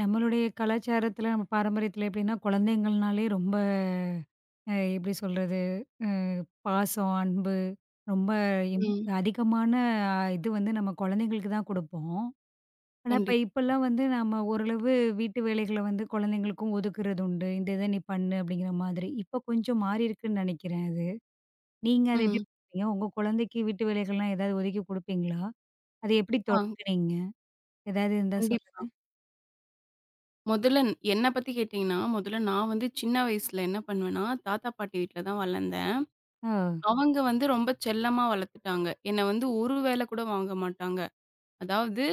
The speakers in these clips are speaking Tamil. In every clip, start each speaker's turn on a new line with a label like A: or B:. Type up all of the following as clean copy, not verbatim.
A: நம்மளுடைய கலாச்சாரத்துல, நம்ம பாரம்பரியத்துல எப்படின்னா, குழந்தைங்கள்னாலே ரொம்ப எப்படி சொல்றது? அ பாசம், அன்பு ரொம்ப இம்
B: ம்.
A: அதிகமான இது வந்து நம்ம குழந்தைங்களுக்கு தான் குடுப்போம். ஆனா, இப்ப
B: கண்டிப்
A: இப்பலாம் வந்து நம்ம ஓரளவு வீட்டு வேலைகள வந்து குழந்தைங்களுக்கும் ஒதுக்குறது உண்டு. இத நீ பண்ணு அப்படிங்கிற மாதிரி. இப்ப கொஞ்சம் மாறி இருக்குன்னு நெனைக்கிறேன் அது. நீங்க அத எப்படி
B: ம்.
A: பார்க்குறீங்க? உங்க குழந்தைக்கு வீட்டு வேலைகள்லாம் ஏதாவது ஒதுக்கி குடுப்பீங்களா? அத எப்படி
B: ஆ
A: தொடங்குனீங்க? ஏதாவது இருந்தா சொல்லுங்க.
B: கண்டிப்பா. முதல்ல என்ன பத்தி கேட்டீங்கன்னா, முதல்ல நான் வந்து சின்ன வயசுல என்ன பண்ணுவேன்னா, தாத்தா பாட்டி வீட்ல தான் வளர்ந்தேன்.
A: ஓ!
B: அவங்க வந்து ரொம்ப செல்லமா வளர்த்துட்டாங்க. என்ன வந்து ஒரு வேல கூட வாங்க மாட்டாங்க. அதாவது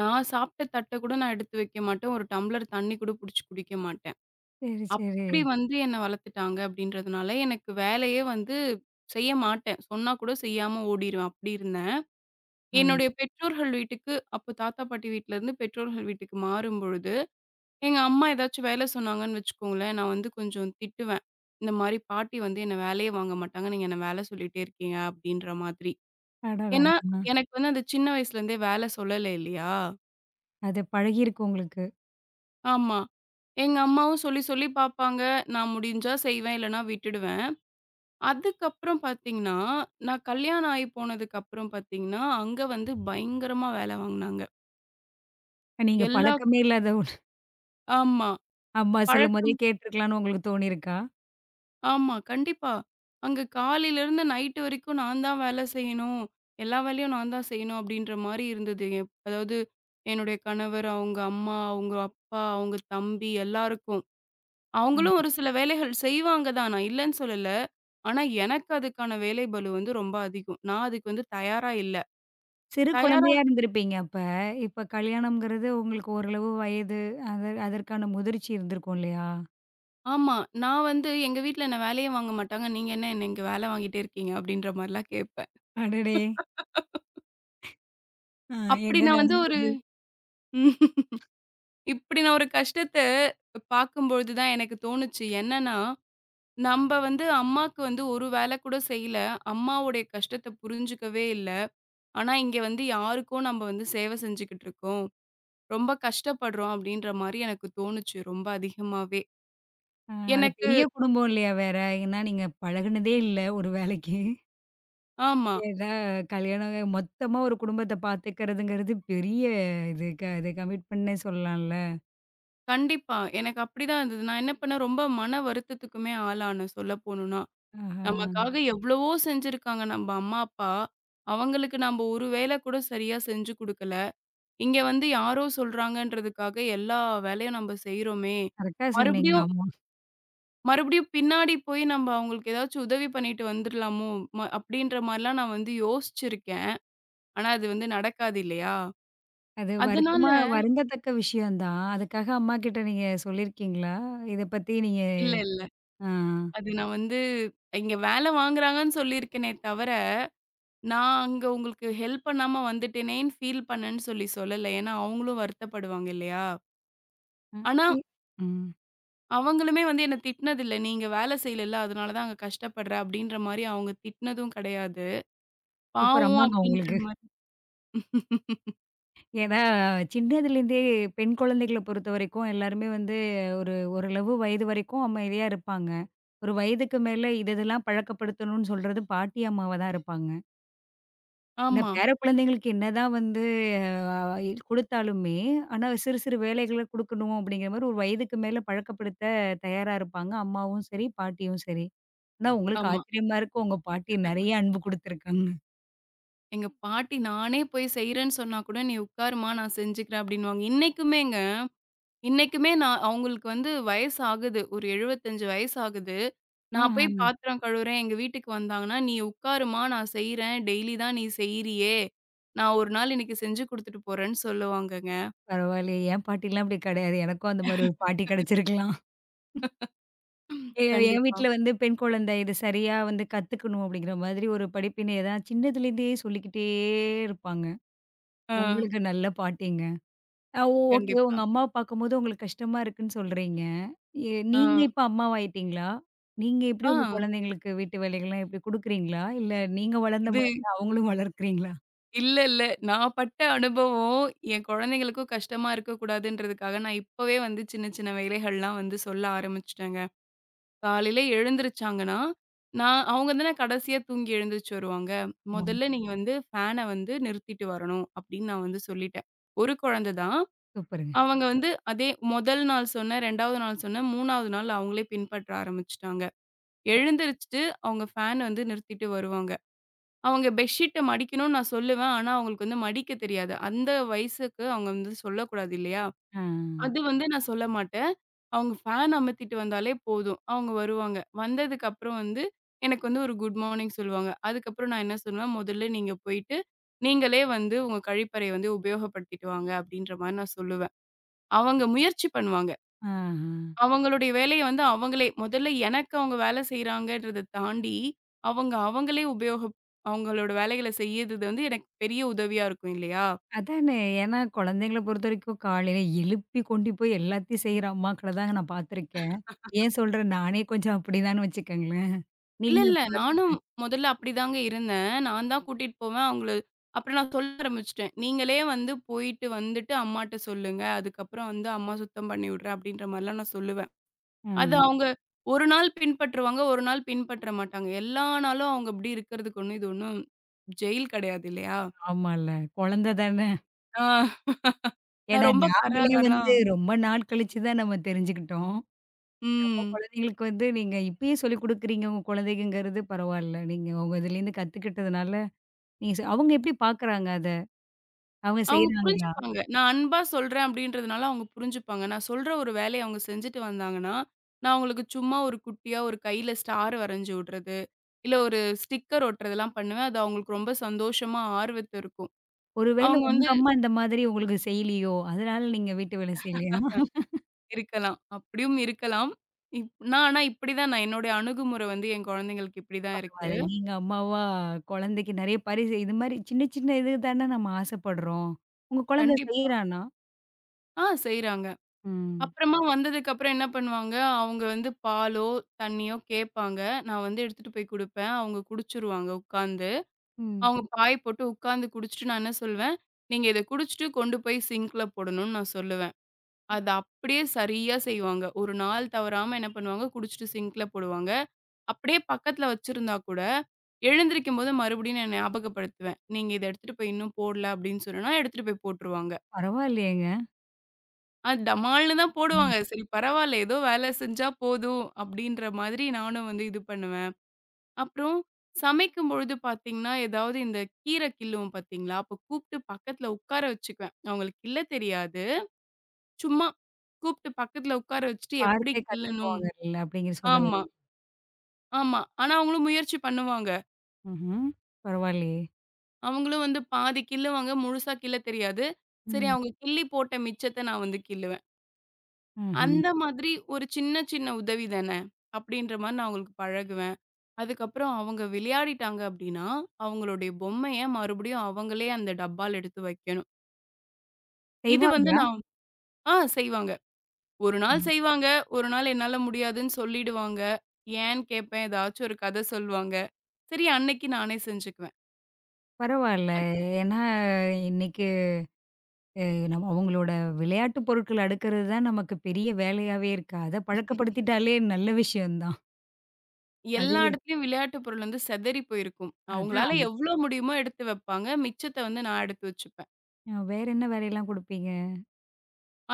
B: நான் சாப்பிட்ட தட்ட கூட நான் எடுத்து வைக்க மாட்டேன். ஒரு டம்ளர் தண்ணி கூட புடிச்சு குடிக்க மாட்டேன்.
A: சரி, சரி.
B: அப்படி வந்து என்ன வளர்த்துட்டாங்க அப்படின்றதுனால, எனக்கு வேலையே வந்து செய்ய மாட்டேன். சொன்னா கூட செய்யாம ஓடிருவேன். அப்படி இருந்தேன்.
A: ஆ.
B: என்னுடைய பெற்றோர்கள் வீட்டுக்கு அப்போ தாத்தா பாட்டி வீட்லருந்து பெற்றோர்கள் வீட்டுக்கு மாறும்பொழுது எங்க அம்மா ஏதாச்சும் வேலை சொன்னாங்கன்னு வச்சுக்கோங்களேன், நான் வந்து கொஞ்சம் திட்டுவேன். இந்த மாரி பாட்டி வந்து என்ன வேலையே வாங்க மாட்டாங்க. நீங்க என்ன வேலை சொல்லிட்டே இருக்கீங்க அப்படின்ற மாதிரி.
A: அடடா!
B: ஏன்னா, எனக்கு வந்து அந்த சின்ன வயசுலேருந்தே வேலை சொல்லல இல்லையா?
A: அது பழகியிருக்கு உங்களுக்கு.
B: ஆமா. எங்க அம்மாவும் சொல்லி சொல்லி பார்ப்பாங்க. நான் முடிஞ்சா செய்வேன், இல்லன்னா விட்டுடுவேன். அதுக்கப்புறம் பார்த்தீங்கன்னா, நான் கல்யாணம் ஆகி போனதுக்கப்புறம் பார்த்தீங்கன்னா, அங்க வந்து பயங்கரமா வேலை வாங்குனாங்க.
A: நீங்க
B: எல்லா
A: பழக்கமே இல்லாத ஒண்ணு.
B: ஆமா.
A: அம்மா சொல்லும்போதே
B: பழக்கம்
A: கேட்டுருக்கலாம்ன்னு உங்களுக்கு தோணியிருக்கா?
B: ஆமா, கண்டிப்பா. அங்க காலையிலருந்து நைட்டு வரைக்கும் நான் தான் வேலை செய்யணும். எல்லா வேலையும் நான் தான் செய்யணும் அப்படின்ற மாரி இருந்தது. அதாவது என்னுடைய கணவர், அவங்க அம்மா, அவங்க அப்பா, அவங்க தம்பி எல்லாருக்கும்.
A: அ.
B: அவங்களும் ஒரு சில வேலைகள் செய்வாங்க தான். நான் இல்லன்னு சொல்லல. ஆனா, எனக்கு அதுக்கான வேலை பளு வந்து ரொம்ப அதிகம். நான் அதுக்கு வந்து தயாரா இல்ல.
A: சிறு
B: தயாரா
A: குழந்தையா இருந்திருப்பீங்க அப்ப. இப்ப கல்யாணம்ங்கிறது உங்களுக்கு ஓரளவு வயது, அத அதற்கான முதிர்ச்சி இருந்திருக்கும் இல்லையா?
B: ஆமா. நான் வந்து எங்க வீட்ல என்ன வேலையே வாங்க மாட்டாங்க. நீங்க என்ன என்ன இங்க வேலை வாங்கிட்டே இருக்கீங்க அப்படின்ற மாரிலாம் கேட்பேன்.
A: அடடே! அ
B: அப்படி
A: என்ன
B: நான் வந்து
A: நடந்தது?
B: ஒரு இப்படி நான் ஒரு கஷ்டத்த பார்க்கும்பொழுது தான் எனக்கு தோணுச்சு. என்னன்னா, நம்ப வந்து அம்மாக்கு வந்து ஒரு வேல கூட செய்யல. அம்மாவுடைய கஷ்டத்த புரிஞ்சுக்கவே இல்ல. ஆனா, இங்க வந்து யாருக்கோ நம்ப வந்து சேவை செஞ்சுகிட்டு இருக்கோம். ரொம்ப கஷ்டப்படுறோம் அப்படின்ற மாரி எனக்கு தோணுச்சு ரொம்ப அதிகமாவே.
A: அது
B: எனக்கு
A: பெரிய குடும்பம் இல்லையா வேற? ஏன்னா நீங்க பழகுனதே இல்ல ஒரு வேலைக்கு.
B: ஆமா.
A: ஏன்னா கல்யாணம் மொத்தமா ஒரு குடும்பத்த பார்த்துக்கிறதுங்கிறது பெரிய இது கமிட்மெண்ட்னே சொல்லலாம்ல.
B: கண்டிப்பா. எனக்கு அப்படிதான் இருந்தது. நான் என்ன பண்ணேன், ரொம்ப மன வருத்தத்துக்குமே ஆளானேன் சொல்ல போணும்னா.
A: ஆஹா!
B: நமக்காக எவ்வளவோ செஞ்சிருக்காங்க நம்ப அம்மா, அப்பா. அவங்களுக்கு நம்ப ஒரு வேல கூட சரியா செஞ்சு குடுக்கல. இங்க வந்து யாரோ சொல்றாங்கன்றதுக்காக எல்லா வேலையும் நம்ம செய்றோமே! ம்.
A: கரெக்ட்டா சொன்னீங்க.
B: மறுபடியும்
A: ஆமா.
B: மறுபடியும் பின்னாடி போய் நம்ம அவங்களுக்கு ஏதாச்சும் உதவி பண்ணிட்டு வந்துர்லாமோ! அப்பிடின்ற மாரிலாம் நான் வந்து யோசிச்சிருக்கேன். ஆனா, அது வந்து நடக்காது இல்லயா!
A: அது
B: அதனால
A: வருத்தமா
B: ம்.
A: வருந்தத்தக்க விஷயம் தான். அதுக்காக அம்மாகிட்ட நீங்க சொல்லியிருக்கீங்களா? இத பத்தி நீங்க
B: இல்ல, இல்ல.
A: ஆ.
B: அது நான் வந்து இங்க வேல வாங்குறாங்கன்னு சொல்லியிருக்கேனே தவிர, நான் அங்க உங்களுக்கு ஹெல்ப் பண்ணாம வந்துட்டேனேன்னு ஃபீல் பண்ணேன்னு சொல்லி சொல்லல. ஏன்னா, அவுங்களும் வருத்தப்படுவாங்க இல்லயா!
A: ம்.
B: ஆனா
A: இ ம்.
B: அவங்களுமே வந்து என்ன திட்டினதில்ல. "நீங்க வேலை செய்யலல்ல, அதனால தான் அங்க கஷ்டப்படுற" அப்படின்ற மாரி அவங்க திட்டினதும் கிடையாது.
A: சூப்பர்
B: பாவம்
A: அம்மாங்க
B: அப்படின்ற
A: உங்களுக்கு.
B: மாரி
A: ஏன்னா சின்னதுலேருந்தே பெண் குழந்தைகள பொறுத்தவரைக்கும் எல்லாருமே வந்து ஒரு ஓரளவு வயது வரைக்கும் அமைதியா இருப்பாங்க. ஒரு வயதுக்கு மேல இதெல்லாம் பழக்கப்படுத்தணும்னு சொல்றது பாட்டி அம்மாவா தான் இருப்பாங்க. ஏன்னா
B: ஆமா,
A: பேர குழந்தைங்களுக்கு என்னதான் வந்து அ குடுத்தாலுமே, ஆனா சிறு சிறு வேலைகள குடுக்கணும் அப்படிங்கிற மாரி ஒரு வயதுக்கு மேல பழக்கப்படுத்த தயாரா இருப்பாங்க. அம்மாவும் சரி, பாட்டியும் சரி. ஆனா உங்களுக்கு
B: ஆமா.
A: ஆச்சரியமா இருக்கும். உங்க பாட்டி நெறைய அன்பு குடுத்துருக்காங்க.
B: எங்க பாட்டி நானே போய் செய்றேன்னு சொன்னா கூட, "நீ உட்காருமா நான் செஞ்சுக்கிறேன்" அப்படின்னுவாங்க. இன்னைக்குமேங்க, இன்னைக்குமே நான் அவங்களுக்கு வந்து வயசு ஆகுது. ஒரு 75 வயசு ஆகுது. நான்
A: ஆஹா
B: போய் பாத்திரம் கழுவுறேன், எங்க வீட்டுக்கு வந்தாங்கன்னா, "நீ உட்காருமா நான் செய்றேன். டெய்லி தான் நீ செய்றியே. நான் ஒரு நாள் இன்னைக்கு செஞ்சு குடுத்துட்டு போறேன்னு" சொல்லுவாங்கங்க.
A: பரவாயில்லையே! என் பாட்டிலாம் அப்படி கிடையாது. எனக்கும் அந்த மாரி ஒரு பாட்டி கிடைச்சிருக்கலாம். எ என்
B: கண்டிப்பா.
A: வீட்ல வந்து பெண் குழந்தை இது சரியா வந்து கத்துக்கணும் அப்படிங்கிற மாதிரி ஒரு படிப்பினை தான் சின்னதுலேருந்தே சொல்லிக்கிட்டே இருப்பாங்க.
B: ஆ,
A: உங்களுக்கு நல்ல பாட்டிங்க. அ ஓகே. உங்க
B: கண்டிப்பா.
A: அம்மாவ பார்க்கும்போது உங்களுக்கு கஷ்டமா இருக்குன்னு சொல்றீங்க.
B: ஆ.
A: நீங்க இப்ப அம்மாவாயிட்டீங்களா? நீங்க எப்படி
B: ஆ.
A: உங்க குழந்தைங்களுக்கு வீட்டு வேலைகள்லாம் எப்படி குடுக்குறீங்களா? இல்ல நீங்க வளர்ந்த
B: இது
A: மாதிரி தான் அவங்களும் வளர்க்கிறீங்களா?
B: இல்ல, இல்ல. நான் பட்ட அனுபவம் என் குழந்தைங்களுக்கும் கஷ்டமா இருக்கக்கூடாதுன்றதுக்காக, நான் இப்பவே வந்து சின்ன சின்ன வேலைகள்லாம் வந்து சொல்ல ஆரம்பிச்சுட்டேங்க. காலையில எழுந்திரிச்சாங்கன்னா, நான் அவங்க தானே கடைசியா தூங்கி எழுந்திரிச்சு வருவாங்க.
A: ஆமா.
B: "முதல்ல நீங்க வந்து ஃபேன வந்து நிறுத்திட்டு வரணும்." அப்படின்னு நான் வந்து சொல்லிட்டேன். ஒரு குழந்தை தான்.
A: சூப்பருங்க.
B: அவங்க வந்து அதே முதல் நாள் சொன்னேன், 2வது நாள் சொன்னேன், 3வது நாள் அவங்களே பின்பற்ற ஆரம்பிச்சுட்டாங்க. எழுந்திரிச்சுட்டு அவங்க ஃபேன் வந்து நிறுத்திட்டு வருவாங்க. அவங்க பெட்ஷீட்ட மடிக்கணும்னு நான் சொல்லுவேன். ஆனா, அவங்களுக்கு வந்து மடிக்க தெரியாது. அந்த வயசுக்கு அவங்க வந்து சொல்லக்கூடாது இல்லையா?
A: ஆ.
B: அது வந்து நான் சொல்ல மாட்டேன். அவங்க ஃபேன் அமத்திட்டு வந்தாலே போதும். அவங்க வருவாங்க. வந்ததுக்கப்புறம் வந்து எனக்கு வந்து ஒரு குட் மார்னிங் சொல்லுவாங்க. அதுக்கப்புறம் நான் என்ன சொல்லுவேன், "முதல்ல நீங்க போயிட்டு, நீங்களே வந்து உங்க கழிப்பறைய வந்து உபயோகப்படுத்திட்டு வாங்க." அப்படீன்ற மாரி நான் சொல்லுவேன். அவங்க முயற்சி பண்ணுவாங்க.
A: ஆஹா.
B: அவங்களுடைய வேலைய வந்து அவங்களே முதல்ல எனக்கு அவங்க வேலை செய்றாங்கன்றத தாண்டி, அவங்க அவங்களே அவங்களோட வேலைகள செய்யறது வந்து எனக்கு பெரிய உதவியா இருக்கும் இல்லையா?
A: அதானே ஏன்னா குழந்தைங்கள பொறுத்தவரைக்கும் காலையில எழுப்பி கொண்டு போய் எல்லாத்தையும் செய்ற அம்மாக்கள தாங்க நான் பார்த்துருக்கேன். ஏன் சொல்றேன் நானே கொஞ்சம் அப்படிதான்னு வச்சுக்கங்களேன்.
B: இல்ல,
A: நீங்க
B: இல்ல. நானும்
A: பார்த்துக்கிறேன்.
B: முதல்ல அப்படிதாங்க இருந்தேன். நான் தான் கூட்டிட்டு போவேன். அப்புறம் நான் சொல்ல ஆரம்பிச்சுட்டேன். "நீங்களே வந்து போயிட்டு வந்துட்டு அம்மாட்ட சொல்லுங்க. அதுக்கப்புறம் வந்து அம்மா சுத்தம் பண்ணி விடுறேன்." அப்படின்ற மாரிலாம் நான் சொல்லுவேன்.
A: ஆ
B: அது அவங்க ஒரு நாள் பின்பற்றுவாங்க, ஒரு நாள் பின்பற்ற மாட்டாங்க. எல்லா நாளும் அவங்க இப்படி இருக்கிறதுக்கு ஒண்ணும் ஜெயில் கிடையாது இல்லையா?
A: ஆமால்ல. குழந்த தானே.
B: ஆ. நான்
A: ஏன்னா
B: ரொம்ப
A: நாமளே வந்து
B: கராராலாம்
A: ரொம்ப நாள் கழிச்சு தான் நம்ம தெரிஞ்சுக்கிட்டோம். நம்ம
B: ம்.
A: குழந்தைங்களுக்கு வந்து நீங்க இப்பயே சொல்லிக் குடுக்குறீங்க உங்க குழந்தைங்கங்கிறது பரவால்ல. நீங்க உங்க இதுலேருந்து கத்துக்கிட்டதுனால, நீங்க அவங்க எப்படி பார்க்குறாங்க அத? அவங்க
B: அவங்க
A: செய்றாங்களா?
B: புரிஞ்சுப்பாங்க. நான் அன்பா சொல்றேன் அப்படின்றதுனால அவங்க புரிஞ்சுப்பாங்க. நான் சொல்ற ஒரு வேலைய அவங்க செஞ்சுட்டு வந்தாங்கன்னா, நான் அவங்களுக்கு சும்மா ஒரு குட்டியா ஒரு கையில ஸ்டார் வரைஞ்சு விடுறது, இல்ல ஒரு ஸ்டிக்கர் ஒட்டுறதெல்லாம் பண்ணுவேன். அது அவங்களுக்கு ரொம்ப சந்தோஷமா, ஆர்வத்த இருக்கும்.
A: ஒரு வேளை
B: அவங்க
A: உங்க
B: வந்து
A: அம்மா இந்த மாதிரி உங்களுக்கு செய்யலையோ, அதனால நீங்க வீட்டு வேலை செய்யலையா?
B: இருக்கலாம். அப்படியும் இருக்கலாம். இப்படிதான் நான் என்னுடைய அணுகுமுறை வந்து என் குழந்தைங்களுக்கு இப்படிதான் இருக்கு.
A: பரவால்ல. நீங்க அம்மாவா குழந்தைக்கு நெறைய பரிசு இது மாரி சின்ன சின்ன இது தானே நம்ம ஆசைப்படுறோம். உங்க குழந்தை
B: கண்டிப்பா.
A: செய்றானா?
B: ஆ செய்றாங்க.
A: ம்.
B: அப்புறமா வந்ததுக்கப்புறம் என்ன பண்ணுவாங்க, அவங்க வந்து பாலோ, தண்ணியோ கேட்பாங்க. நான் வந்து எடுத்துட்டு போய் குடுப்பேன். அவங்க குடிச்சுருவாங்க உட்காந்து.
A: ம்.
B: அவங்க பாய் போட்டு உட்காந்து குடிச்சுட்டு நான் என்ன சொல்லுவேன், "நீங்க இத குடிச்சுட்டு கொண்டு போய் சிங்க்ல போடணும்னு" நான் சொல்லுவேன். அத அப்படியே சரியா செய்வாங்க. ஒரு நாள் தவறாம என்ன பண்ணுவாங்க, குடிச்சுட்டு சிங்க்ல போடுவாங்க. அப்படியே பக்கத்துல வச்சிருந்தா கூட, எழுந்திரிக்கும்போது மறுபடியும் நான் ஞாபகப்படுத்துவேன். "நீங்க இத எடுத்துட்டு போய் இன்னும் போடல" அப்படின்னு சொன்னேன்னா, எடுத்துட்டு போய் போட்டுருவாங்க.
A: பரவாயில்லையேங்க.
B: டமால்னு தான்
A: ம்.
B: போடுவாங்க. சரி பரவால்ல. ஏதோ வேலை செஞ்சா போதும் அப்டின்ற மாதிரி நானும் வந்து இது பண்ணுவேன். அப்புறம் சமைக்கும் பொழுது பார்த்தீங்கன்னா, ஏதாவது இந்த கீரை கிள்ளுவோம் பார்த்தீங்களா? அப்ப கூப்ட்டு பக்கத்துல உட்கார வச்சுக்குவேன். அவங்களுக்கு கிள்ள தெரியாது. சும்மா கூப்ட்டு பக்கத்துல உட்கார வச்சுட்டு எப்படி
A: பார்த்தே
B: கிள்ளணும்?
A: கத்துக்குவாங்கல்ல அப்படிங்கிற சொல்ல
B: ஆமா,
A: வரீங்க.
B: ஆமா. ஆனா அவங்களும் முயற்சி பண்ணுவாங்க.
A: ம்ஹ்ம். பரவாயில்லையே!
B: அவங்களும் வந்து பாதி கிள்ளுவாங்க. முழுசா கிள்ள தெரியாது. சரி
A: ம்.
B: அவங்க கிள்ளி போட்ட மிச்சத்த நான் வந்து கிள்ளுவேன்.
A: ம்ஹ்ம்.
B: அந்த மாதிரி ஒரு சின்ன சின்ன உதவி தானே! அப்டின்ற மாரி நான் அவங்களுக்கு பழகுவேன். அதுக்கப்புறம் அவங்க விளையாடிட்டாங்க அப்டின்னா, அவங்களுடைய பொம்மைய மறுபடியும் அவங்களே அந்த டப்பால எடுத்து வைக்கணும். இது வந்து
A: செய்வாங்களா?
B: நான் ஆ செய்வாங்க. ஒரு நாள் செய்வாங்க, ஒரு நாள் என்னால முடியாதுன்னு சொல்லிடுவாங்க. ஏன்னு கேட்பேன், ஏதாச்சும் ஒரு கத சொல்லுவாங்க. சரி அன்னைக்கு நானே செஞ்சுக்குவேன்.
A: பரவால்ல.
B: அத்
A: ஏன்னா, இன்னைக்கு நம்ம அவங்களோட விளையாட்டு பொருட்கள் அடுக்குறது தான் நமக்கு பெரிய வேலையாவே இருக்கு. அத பழக்கப்படுத்திட்டாலே நல்ல விஷயம் தான்.
B: எல்லா
A: அதுவே
B: இடத்துலயும் விளையாட்டு பொருள் வந்து சிதறி போயிருக்கும். அவங்களால
A: அதான்.
B: எவ்ளோ முடியுமோ எடுத்து வைப்பாங்க. மிச்சத்த வந்து நான் எடுத்து வச்சுப்பேன்.
A: வேற என்ன வேலையெல்லாம் குடுப்பீங்க?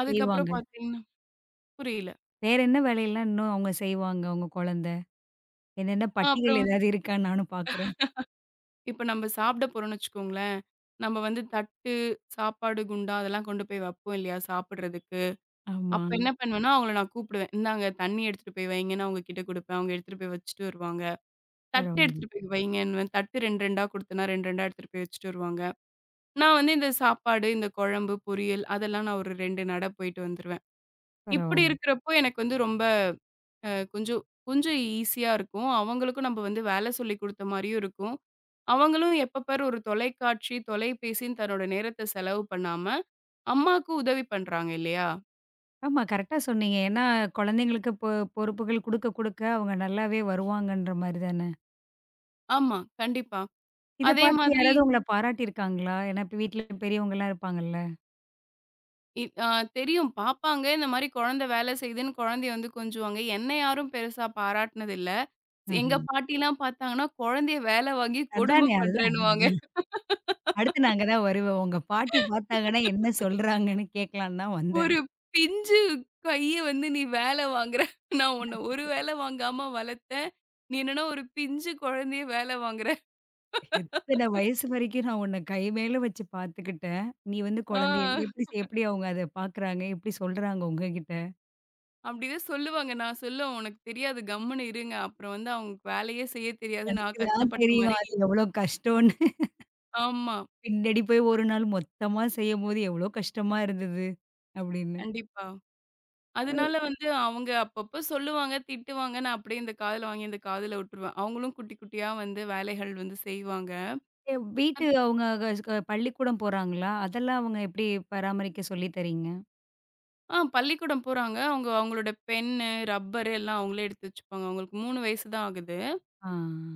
B: அதுக்கப்புறம்
A: செய்வாங்க.
B: பார்த்தீங்கன்னா புரியல.
A: வேற என்ன வேலையெல்லாம் இன்னும் அவங்க செய்வாங்க உங்க குழந்தை? என்னென்ன
B: அ
A: பட்டியல்
B: அப்புறம்
A: ஏதாவது இருக்கான்னு நானும் பார்க்குறேன்.
B: இப்ப நம்ம சாப்பிட போறோம்ன்னு வச்சுக்கோங்களேன், நம்ம வந்து தட்டு, சாப்பாடு குண்டா அதெல்லாம் கொண்டு போய் வைப்போம் இல்லையா? சாப்பிடுறதுக்கு.
A: ஆமா.
B: அப்ப என்ன பண்ணுவேன்னா, அவங்கள நான் கூப்பிடுவேன். இந்தாங்க தண்ணி எடுத்துட்டு போய் வைங்கன்னு அவங்க கிட்ட குடுப்பேன். அவங்க எடுத்துட்டு போய் வச்சுட்டு வருவாங்க. தட்டு
A: பரவால்ல,
B: எடுத்துட்டு போய் வைங்கன்னுவேன். தட்டு 2, 2ஆ குடுத்தேன்னா 2, 2ஆ எடுத்துட்டு போய் வச்சுட்டு வருவாங்க. நான் வந்து இந்த சாப்பாடு, இந்த குழம்பு, பொரியல் அதெல்லாம் நான் ஒரு 2 நட போயிட்டு வந்துருவேன். இப்படி
A: பரவால்ல.
B: இருக்கிறப்போ எனக்கு வந்து ரொம்ப கொஞ்சம் கொஞ்சம் ஈஸியா இருக்கும். அவங்களுக்கும் நம்ம வந்து வேலை சொல்லிக் குடுத்த மாரியும் இருக்கும். அவங்களும் எப்ப பாரு ஒரு தொலைக்காட்சி, தொலைபேசின்னு தன்னோட நேரத்த செலவு பண்ணாம, அம்மாக்கு உதவி பண்றாங்க இல்லையா?
A: ஆமா கரெக்ட்டா சொன்னீங்க. ஏன்னா, குழந்தைங்களுக்கு பொறுப்புகள் குடுக்க குடுக்க அவங்க நல்லாவே வருவாங்கன்ற மாரி தானே.
B: ஆமா, கண்டிப்பா.
A: இத
B: அதே
A: பார்த்து
B: மாதிரி
A: யாராவது உங்கள பாராட்டியிருக்காங்களா? ஏன்னா இப்ப வீட்ல பெரியவங்கலாம் இருப்பாங்கல்ல.
B: இ அ தெரியும் பாப்பாங்க, இந்த மாரி குழந்தை வேலை செய்யுதுன்னு குழந்தைய வந்து கொஞ்சுவாங்க. என்ன யாரும் பெருசா பாராட்டுனதில்ல.
A: அஹ.
B: எங்க பாட்டிலாம் பார்த்தாங்கன்னா, குழந்தைய வேலை வாங்கி கொடுமை
A: அதானே, அதுதான்.
B: பண்றேன்னுவாங்க.
A: அடுத்து நான் அங்க தான் வருவேன். உங்க பாட்டி பார்த்தாங்கன்னா என்ன சொல்றாங்கன்னு கேட்கலான்னு தான் வந்தேன்.
B: ஒரு பிஞ்சு கைய வந்து நீ வேலை வாங்குற. நான் உன்ன ஒரு வேலை வாங்காம வளர்த்தேன். நீ என்னன்னா ஒரு பிஞ்சு குழந்தைய வேலை வாங்குற.
A: இத்தன வயசு வரைக்கும் நான் உன்ன கை மேல வச்சு பார்த்துக்கிட்டேன். நீ வந்து
B: ஆ.
A: குழந்தைய எப்படி எப்படி அவங்க அத பார்க்குறாங்க? எப்படி சொல்றாங்க உங்ககிட்ட?
B: அப்படிதான் சொல்லுவாங்க. நான் சொல்லுவேன், "உனக்கு தெரியாது கம்முனு இருங்க. அப்புறம் வந்து அவங்களுக்கு வேலையே செய்ய தெரியாது.
A: எனக்கு
B: நான்
A: தான்
B: கஷ்டப்பட்ட
A: தெரியும்
B: மாரி"
A: அது எவ்வளோ கஷ்டம்ன்னு.
B: ஆமா.
A: பின்னாடி போய் ஒரு நாள் மொத்தமா செய்யும்போது எவ்வளோ கஷ்டமா இருந்தது அப்படின்னு.
B: கண்டிப்பா. அதனால வந்து அவங்க அப்பப்ப சொல்லுவாங்க, திட்டுவாங்க. நான் அப்படியே இந்த காதுல வாங்கி இந்த காதுல விட்டுருவேன். அவங்களும் குட்டி குட்டியா வந்து வேலைகள் வந்து செய்வாங்க.
A: வீட்டு
B: அது
A: அவங்க க க- பள்ளிக்கூடம் போறாங்களா? அதெல்லாம் அவங்க எப்படி பராமரிக்க சொல்லி தரீங்க?
B: ஆ பள்ளிக்கூடம் போறாங்க. அவங்க அவங்களோட பென்னு, ரப்பரு எல்லாம் அவங்களே எடுத்து வச்சுப்பாங்க. அவங்களுக்கு 3 வயசு தான் ஆகுது.
A: ஆ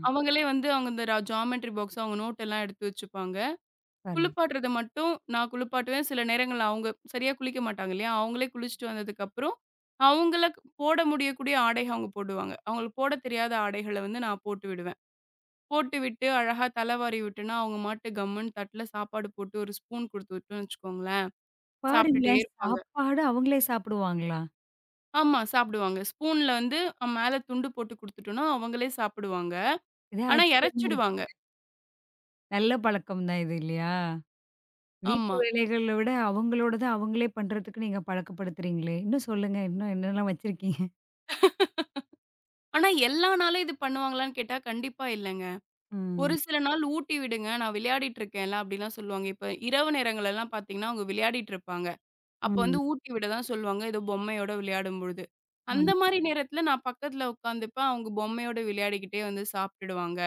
B: அவங்களே வந்து அவங்க இந்த ஜாமெட்ரி பாக்ஸ் அவங்க நோட் எல்லாம் எடுத்து வச்சுப்பாங்க.
A: பரவா
B: குளிப்பாட்டுறத மட்டும் நான் குளிப்பாட்டுவேன். சில நேரங்கள்ல அவங்க சரியா குளிக்க மாட்டாங்க இல்லையா? அவங்களே குளிச்சுட்டு வந்ததுக்கப்புறம், அவங்கள போட முடியக்கூடிய ஆடைக அவங்க போடுவாங்க. அவங்களுக்கு போடத் தெரியாத ஆடைகள வந்து நான் போட்டு விடுவேன். போட்டு விட்டு அழகா தலைவாரி விட்டேன்னா, அவங்க மாட்டு கம்முன்னு தட்டுல சாப்பாடு போட்டு ஒரு ஸ்பூன் குடுத்து விட்டோம்னு வச்சுக்கோங்களேன், சாப்பிட்டுட்டே
A: பாருங்களேன்
B: இருப்பாங்க.
A: சாப்பாடு அவங்களே சாப்பிடுவாங்களா?
B: ஆமா சாப்பிடுவாங்க. ஸ்பூன்ல வந்து மேல துண்டு போட்டு குடுத்துட்டோம்னா, அவங்களே சாப்பிடுவாங்க.
A: இது
B: ஆனா
A: ஆச்சரியமா இருக்கு.
B: இரைச்சிடுவாங்க.
A: நல்ல பழக்கம் தான் இது இல்லையா? வீட்டு
B: ஆமா.
A: வேலைகள விட அவங்களோடத அவங்களே பண்றதுக்கு நீங்க பழக்கப்படுத்துறீங்களே! இன்னும் சொல்லுங்க. இன்னும் என்னலாம் வச்சிருக்கீங்க?
B: ஆனா எல்லா நாளும் இது பண்ணுவாங்களான்னு கேட்டா, கண்டிப்பா இல்லங்க. ஒரு
A: ம்.
B: சில நாள் ஊட்டி விடுங்க. நான் விளையாடிட்டு இருக்கேன்ல அப்டிலாம் சொல்லுவாங்க. இப்ப இரவு நேரங்கள்லாம் பார்த்தீங்கன்னா, அவங்க விளையாடிட்டு இருப்பாங்க. அப்ப
A: ம்.
B: வந்து ஊட்டி விட தான் சொல்லுவாங்க. ஏதோ பொம்மையோட விளையாடும் பொழுது.
A: ஆ.
B: அந்த மாரி நேரத்துல நான் பக்கத்துல உட்காந்துப்பேன். அவங்க பொம்மையோட விளையாடிக்கிட்டே வந்து சாப்ட்டுடுவாங்க.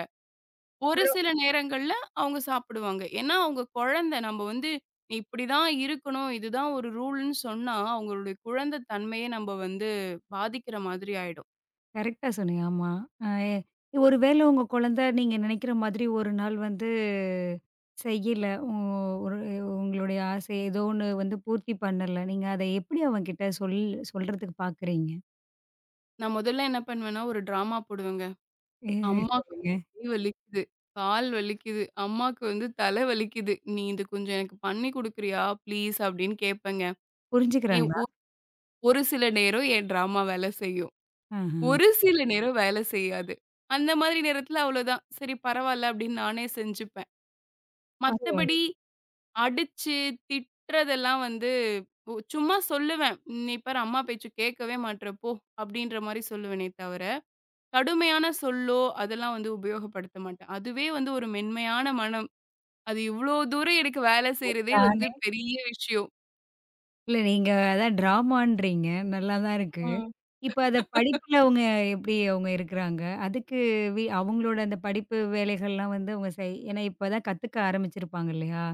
B: ஒரு
A: பரவா
B: சில நேரங்கள்ல அவங்க சாப்பிடுவாங்க. ஏன்னா அவங்க குழந்த. நம்ம வந்து நீ இப்டிதான் இருக்கணும். இதுதான் ஒரு ரூல்ன்னு சொன்னா, அவங்களுடைய குழந்தை தன்மையே நம்ம வந்து பாதிக்கிற மாதிரி ஆயிடும்.
A: கரெக்ட்டா சொன்னீங்க. ஆமா. அ ஒரு வேளை உங்க குழந்தை நீங்க நினைக்கிற மாதிரி ஒரு நாள் வந்து செய்யல. உ ஒரு உங்களுடைய ஆசை ஏதோ ஒண்ணு வந்து பூர்த்தி பண்ணல. நீங்க அத எப்படி அவன்கிட்ட சொல்றதுக்கு பார்க்குறீங்க?
B: நான் முதல்ல என்ன பண்ணுவேன்னா, ஒரு ட்ராமா போடுவேங்க.
A: எ
B: அம்மாக்கு வந்து
A: சொல்லுங்க.
B: கை வலிக்குது, கால் வலிக்குது, அம்மாக்கு வந்து தலை வலிக்குது. "நீ இது கொஞ்சம் எனக்கு பண்ணி குடுக்குறியா ப்ளீஸ்?" அப்படின்னு கேட்பேங்க. எ
A: புரிஞ்சுக்கிறாங்களா?
B: ஒரு சில நேரம் என் டிராமா வேலை செய்யும்.
A: ஆஹ.
B: ஒரு சில நேரம் வேலை செய்யாது. அந்த மாதிரி நேரத்துல அவ்வளோதான். சரி பரவால்ல அப்படின்னு நானே செஞ்சுப்பேன்.
A: பரவால்ல.
B: மத்தபடி அடிச்சு, திட்டுறதெல்லாம் வந்து சும்மா சொல்லுவேன். "ம், "நீ பாரு அம்மா பேச்சு கேட்கவே மாட்ற போ" அப்படின்ற மாரி சொல்லுவேனே தவிர, கடுமையான சொல்லோ, அதெல்லாம் வந்து உபயோகப்படுத்த மாட்டேன். அதுவே வந்து ஒரு மென்மையான மன அது இவ்ளோ தூரம் எனக்கு வேலை செய்றதே
A: ஆ.
B: வந்து பெரிய விஷயம்.
A: இல்ல நீங்க அதான் ட்ராமான்றீங்க. நல்லா தான் இருக்கு.
B: ம்.
A: இப்ப அத படிப்புல எப்படி அவங்க இருக்கிறாங்க? அதுக்கு அவங்களோட அந்த படிப்பு வேலைகள்லாம் வந்து அவங்க ஏன்னா இப்ப தான் கத்துக்க ஆரம்பிச்சிருப்பாங்க இல்லையா?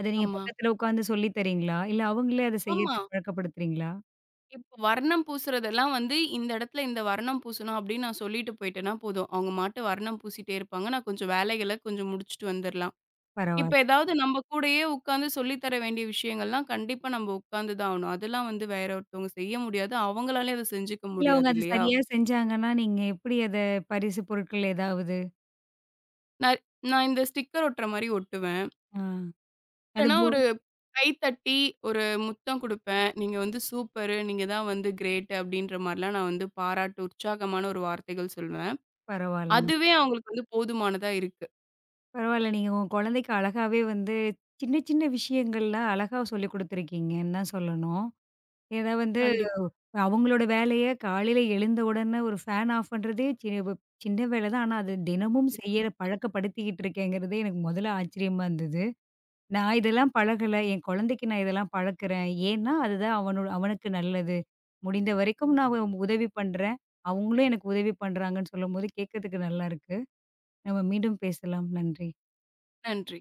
A: அத நீங்க
B: ஆமா.
A: பக்கத்துல உட்காந்து சொல்லி தர்றீங்களா? இல்ல அவங்களே அத
B: ஆமா.
A: செய்யறதுக்கு பழக்கப்படுத்துறீங்களா?
B: இப்ப வர்ணம் பூசுறதெல்லாம் வந்து, இந்த இடத்துல இந்த வர்ணம் பூசணும் அப்படின்னு நான் சொல்லிட்டு போயிட்டேன்னா போதும். அவங்க மாட்டு வர்ணம் பூசிட்டே இருப்பாங்க. நான் கொஞ்சம் வேலைகள கொஞ்சம் முடிச்சுட்டு வந்துரலாம்.
A: பரவால்ல.
B: இப்ப ஏதாவது நம்ம கூடயே உட்கார்ந்து சொல்லி தர வேண்டிய விஷயங்கள்லாம் கண்டிப்பா நம்ம உட்கார்ந்து தான் ஆகணும். அதெல்லாம் வந்து வேற ஒருத்தவங்க செய்ய முடியாது. அவங்களாலயும் அத செஞ்சுக்க
A: இல்ல அவங்க
B: முடியாது
A: அத
B: இல்லையா?
A: சரியா செஞ்சாங்கன்னா, நீங்க எப்படி அத பரிசு பொருட்கள் ஏதாவது?
B: நான் நான் இந்த ஸ்டிக்கர் ஒட்டுற மாரி ஒட்டுவேன்.
A: ஆ. அது
B: இல்லன்னா
A: போ
B: ஒரு கைத்தட்டி ஒரு முத்தம் குடுப்பேன். "நீங்க வந்து சூப்பரு. நீங்க தான் வந்து கிரேட்டு" அப்படின்ற மாரிலாம் நான் வந்து பாராட்டு, உற்சாகமான ஒரு வார்த்தைகள் சொல்வேன்.
A: பரவால்லங்க.
B: அதுவே அவங்களுக்கு வந்து போதுமானதா இருக்கு.
A: பரவால்ல. நீங்க உங்க குழந்தைக்கு அழகாவே வந்து சின்ன சின்ன விஷயங்கள்லாம் அழகா சொல்லிக் குடுத்துருக்கீங்கன்னு தான் சொல்லணும். ஏன்னா வந்து
B: கண்டிப்பா.
A: அவங்களோட வேலைய காலையில எழுந்த உடனே ஒரு ஃபேன் ஆஃப் பண்றதே ஒரு சின்ன வேலை தான். ஆனா, அது தினமும் செய்யற பழக்கப்படுத்திக்கிட்டு இருக்கேங்கிறதே எனக்கு முதல்ல ஆச்சரியமா இருந்தது. நான் இதெல்லாம் பழகல. என் குழந்தைக்கு நான் இதெல்லாம் பழக்குறேன். ஏன்னா, அதுதான் அவனோட அவனுக்கு நல்லது. முடிந்த வரைக்கும் நான் அவ உதவி பண்றேன். அவங்களும் எனக்கு உதவி பண்றாங்கன்னு சொல்லும்போது கேட்கறதுக்கு நல்லா இருக்கு. நம்ம மீண்டும் பேசலாம். நன்றி.
B: நன்றி.